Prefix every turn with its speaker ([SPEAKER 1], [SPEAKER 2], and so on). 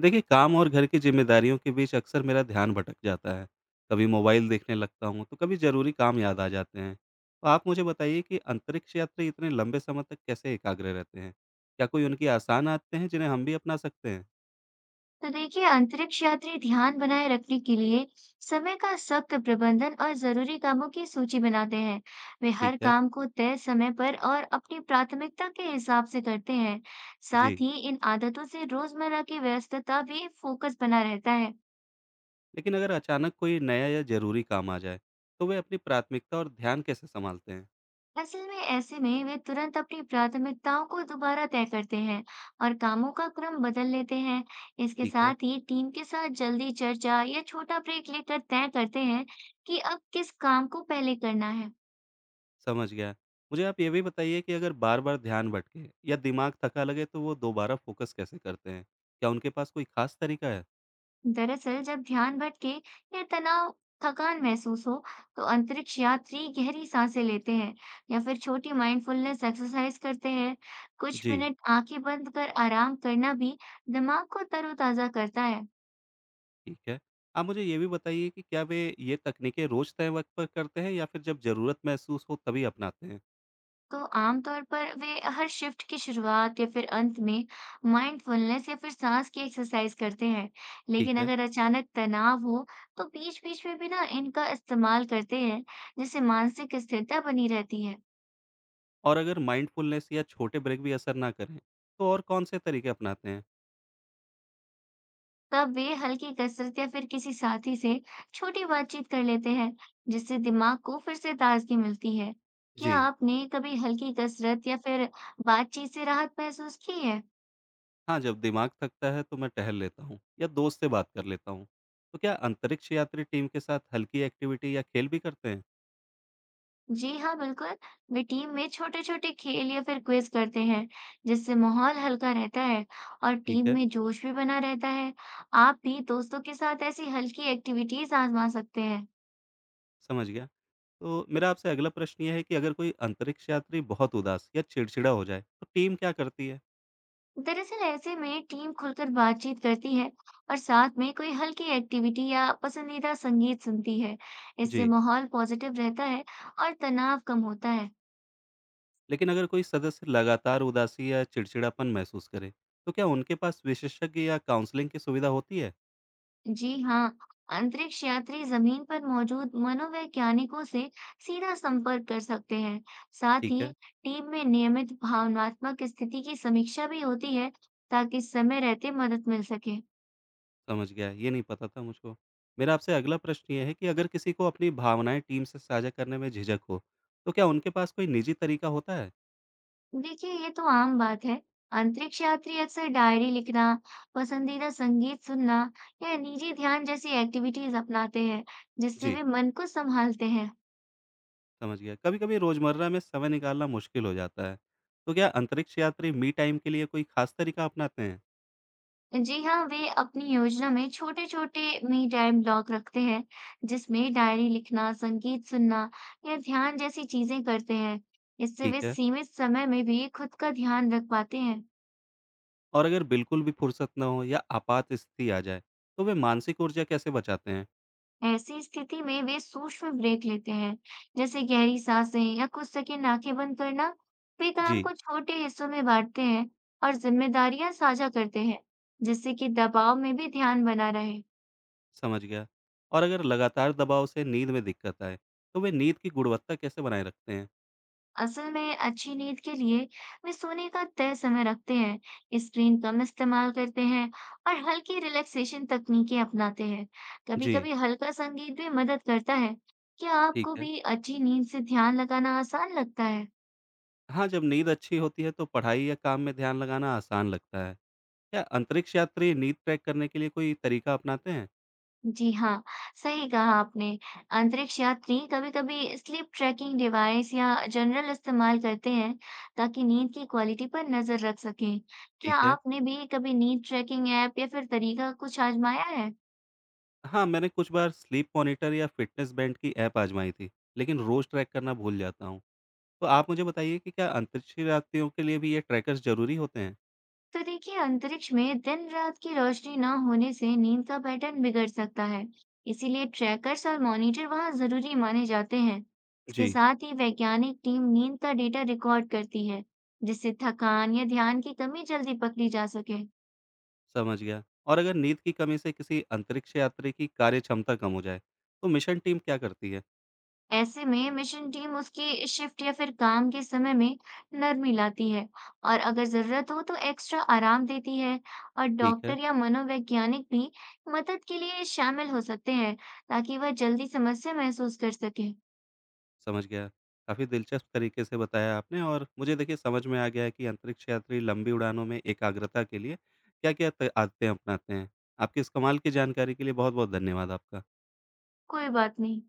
[SPEAKER 1] देखिए, काम और घर की जिम्मेदारियों के बीच अक्सर मेरा ध्यान भटक जाता है। कभी मोबाइल देखने लगता हूँ, तो कभी जरूरी काम याद आ जाते हैं। तो आप मुझे बताइए कि अंतरिक्ष यात्री इतने लंबे समय तक कैसे एकाग्र रहते हैं? क्या कोई उनकी आसान आदतें हैं जिन्हें हम भी अपना सकते हैं?
[SPEAKER 2] तो देखिए, अंतरिक्ष यात्री ध्यान बनाए रखने के लिए समय का सख्त प्रबंधन और जरूरी कामों की सूची बनाते हैं। वे
[SPEAKER 1] ठीक
[SPEAKER 2] हर
[SPEAKER 1] है।
[SPEAKER 2] काम को तय समय पर और अपनी प्राथमिकता के हिसाब से करते हैं। साथ
[SPEAKER 1] जी।
[SPEAKER 2] ही इन आदतों से रोजमर्रा की व्यस्तता भी फोकस बना रहता है।
[SPEAKER 1] लेकिन अगर अचानक कोई नया या जरूरी काम आ जाए, तो वे अपनी प्राथमिकता और ध्यान कैसे संभालते हैं?
[SPEAKER 2] असल में ऐसे में वे तुरंत अपनी प्राथमिकताओं को दोबारा तय करते हैं और कामों का क्रम बदल लेते हैं। इसके
[SPEAKER 1] ठीक है,
[SPEAKER 2] साथ ही टीम के साथ जल्दी चर्चा या छोटा ब्रेक लेकर तय करते हैं कि अब किस काम को पहले करना है।
[SPEAKER 1] समझ गया। मुझे आप ये भी बताइए कि अगर बार बार ध्यान भटके या दिमाग थका लगे, तो वो दोबारा फोकस कैसे करते हैं? क्या उनके पास कोई खास तरीका है?
[SPEAKER 2] दरअसल जब ध्यान भटके या तनाव, थकान महसूस हो, तो अंतरिक्ष यात्री गहरी सांसें लेते हैं या फिर छोटी माइंडफुलनेस एक्सरसाइज करते हैं। कुछ
[SPEAKER 1] जी।
[SPEAKER 2] मिनट आंखें बंद कर आराम करना भी दिमाग को तरोताजा करता है।
[SPEAKER 1] ठीक है। आप मुझे ये भी बताइए कि क्या वे ये तकनीकें रोज़ तय वक़्त पर करते हैं, या फिर जब ज़रूरत महसूस हो तभी अपनाते हैं?
[SPEAKER 2] तो आमतौर पर वे हर शिफ्ट की शुरुआत या फिर अंत में माइंडफुलनेस या फिर सांस की एक्सरसाइज करते हैं।
[SPEAKER 1] ठीक
[SPEAKER 2] लेकिन
[SPEAKER 1] है।
[SPEAKER 2] अगर अचानक तनाव हो, तो बीच बीच में भी ना इनका इस्तेमाल करते हैं, जिससे मानसिक स्थिरता बनी रहती है।
[SPEAKER 1] और अगर माइंडफुलनेस या छोटे ब्रेक भी असर ना करें, तो और कौन-से तरीके अपनाते हैं?
[SPEAKER 2] तब वे हल्की कसरत या फिर किसी साथी से छोटी बातचीत कर लेते हैं, जिससे दिमाग को फिर से ताजगी मिलती है। क्या
[SPEAKER 1] जी,
[SPEAKER 2] आपने कभी हल्की कसरत या फिर बातचीत से राहत महसूस की है?
[SPEAKER 1] हाँ, जब दिमाग थकता है तो मैं टहल लेता हूँ या दोस्त से बात कर लेता हूँ। तो क्या अंतरिक्ष यात्री टीम के साथ हल्की एक्टिविटी या खेल भी करते हैं?
[SPEAKER 2] जी हाँ, बिल्कुल। वे टीम में छोटे-छोटे खेल या फिर क्विज़ करते हैं, जिससे माहौल हल्का रहता है और
[SPEAKER 1] ठीक
[SPEAKER 2] टीम
[SPEAKER 1] है,
[SPEAKER 2] में जोश भी बना रहता है। आप भी दोस्तों के साथ ऐसी हल्की एक्टिविटीज़ आज़मा सकते हैं।
[SPEAKER 1] समझ गया। तो मेरा आपसे अगला प्रश्न ये है कि अगर कोई अंतरिक्ष यात्री बहुत उदास या चिड़चिड़ा हो जाए, तो टीम क्या करती है?
[SPEAKER 2] दरअसल ऐसे में टीम खुलकर बातचीत करती है और साथ में कोई हल्की एक्टिविटी या पसंदीदा संगीत सुनती है। इससे
[SPEAKER 1] जी।
[SPEAKER 2] माहौल पॉजिटिव रहता है और तनाव कम होता है।
[SPEAKER 1] लेकिन अगर कोई सदस्य लगातार उदासी या चिड़चिड़ापन महसूस करे, तो क्या उनके पास विशेषज्ञ या काउंसलिंग की सुविधा होती है?
[SPEAKER 2] जी हाँ, अंतरिक्ष यात्री जमीन पर मौजूद मनोवैज्ञानिकों से सीधा संपर्क कर सकते हैं। साथ
[SPEAKER 1] ठीक
[SPEAKER 2] ही
[SPEAKER 1] है,
[SPEAKER 2] टीम में नियमित भावनात्मक स्थिति की समीक्षा भी होती है, ताकि समय रहते मदद मिल सके।
[SPEAKER 1] समझ गया, ये नहीं पता था मुझको। मेरा आपसे अगला प्रश्न ये है कि अगर किसी को अपनी भावनाएं टीम से साझा करने में झिझक हो, तो क्या उनके पास कोई निजी तरीका होता है?
[SPEAKER 2] देखिए, ये तो आम बात है। अंतरिक्ष यात्री अक्सर डायरी लिखना, पसंदीदा संगीत सुनना या निजी ध्यान जैसी एक्टिविटीज अपनाते हैं, जिससे
[SPEAKER 1] जी,
[SPEAKER 2] वे मन को संभालते हैं।
[SPEAKER 1] समझ गया। कभी कभी रोजमर्रा में समय निकालना मुश्किल हो जाता है। तो क्या अंतरिक्ष यात्री मी टाइम के लिए कोई खास तरीका अपनाते हैं?
[SPEAKER 2] जी हाँ, वे अपनी योजना में छोटे-छोटे मी टाइम ब्लॉक रखते हैं, जिसमें डायरी लिखना, संगीत सुनना या ध्यान जैसी चीजें करते हैं। इससे
[SPEAKER 1] ठीक
[SPEAKER 2] वे
[SPEAKER 1] है।
[SPEAKER 2] सीमित समय में भी खुद का ध्यान रख पाते हैं।
[SPEAKER 1] और अगर बिल्कुल भी फुर्सत ना हो या आपात स्थिति आ जाए, तो वे मानसिक ऊर्जा कैसे बचाते हैं?
[SPEAKER 2] ऐसी स्थिति में वे सूक्ष्म ब्रेक लेते हैं, जैसे गहरी सांसें या कुछ सेकंड आंखें बंद करना। वे काम
[SPEAKER 1] जी,
[SPEAKER 2] को छोटे हिस्सों में बांटते हैं और जिम्मेदारियां साझा करते हैं, जिससे कि दबाव में भी ध्यान बना रहे।
[SPEAKER 1] समझ गया। और अगर लगातार दबाव से नींद में दिक्कत आए, तो वे नींद की गुणवत्ता कैसे बनाए रखते हैं?
[SPEAKER 2] असल में अच्छी नींद के लिए वे सोने का तय समय रखते हैं, स्क्रीन कम इस्तेमाल करते हैं और हल्की रिलैक्सेशन तकनीकें अपनाते हैं।
[SPEAKER 1] जी,
[SPEAKER 2] कभी-कभी हल्का संगीत भी मदद करता है। क्या
[SPEAKER 1] ठीक
[SPEAKER 2] आपको
[SPEAKER 1] है।
[SPEAKER 2] भी अच्छी नींद से ध्यान लगाना आसान लगता है?
[SPEAKER 1] हाँ, जब नींद अच्छी होती है, तो पढ़ाई या काम में ध्यान लगाना आसान लगता है। क्या अंतरिक्ष यात्री नींद ट्रैक करने के लिए कोई तरीका अपनाते हैं?
[SPEAKER 2] जी हाँ, सही कहा आपने। अंतरिक्ष यात्री कभी-कभी स्लीप ट्रैकिंग डिवाइस या जनरल इस्तेमाल करते हैं, ताकि नींद की क्वालिटी पर नजर रख सकें। क्या
[SPEAKER 1] ठीक है।
[SPEAKER 2] आपने भी कभी नींद ट्रैकिंग ऐप या फिर तरीका कुछ आजमाया है?
[SPEAKER 1] हाँ, मैंने कुछ बार स्लीप मॉनिटर या फिटनेस बैंड की ऐप आजमाई थी, लेकिन रोज़ ट्रैक करना भूल जाता हूँ। तो आप मुझे बताइए कि क्या अंतरिक्ष यात्रियों के लिए भी ये ट्रैकर्स ज़रूरी होते हैं?
[SPEAKER 2] तो देखिए, अंतरिक्ष में दिन रात की रोशनी ना होने से नींद का पैटर्न बिगड़ सकता है। इसीलिए ट्रैकर्स और मॉनिटर वहां जरूरी माने जाते हैं। इसके
[SPEAKER 1] जी,
[SPEAKER 2] साथ ही वैज्ञानिक टीम नींद का डेटा रिकॉर्ड करती है, जिससे थकान या ध्यान की कमी जल्दी पकड़ी जा सके।
[SPEAKER 1] समझ गया। और अगर नींद की कमी से किसी अंतरिक्ष यात्री की कार्य क्षमता कम हो जाए, तो मिशन टीम क्या करती है?
[SPEAKER 2] ऐसे में मिशन टीम उसकी शिफ्ट या फिर काम के समय में नरमी लाती है और अगर जरूरत हो तो एक्स्ट्रा आराम देती है। और
[SPEAKER 1] ठीक है,
[SPEAKER 2] डॉक्टर या मनोवैज्ञानिक भी मदद के लिए शामिल हो सकते हैं, ताकि वह जल्दी समस्या महसूस कर सके।
[SPEAKER 1] समझ गया। काफ़ी दिलचस्प तरीके से बताया आपने और मुझे देखिए समझ में आ गया है कि अंतरिक्ष यात्री लंबी उड़ानों में एकाग्रता के लिए क्या-क्या त आदतें अपनाते हैं। आपकी इस कमाल की जानकारी के लिए बहुत-बहुत धन्यवाद आपका।
[SPEAKER 2] कोई बात नहीं।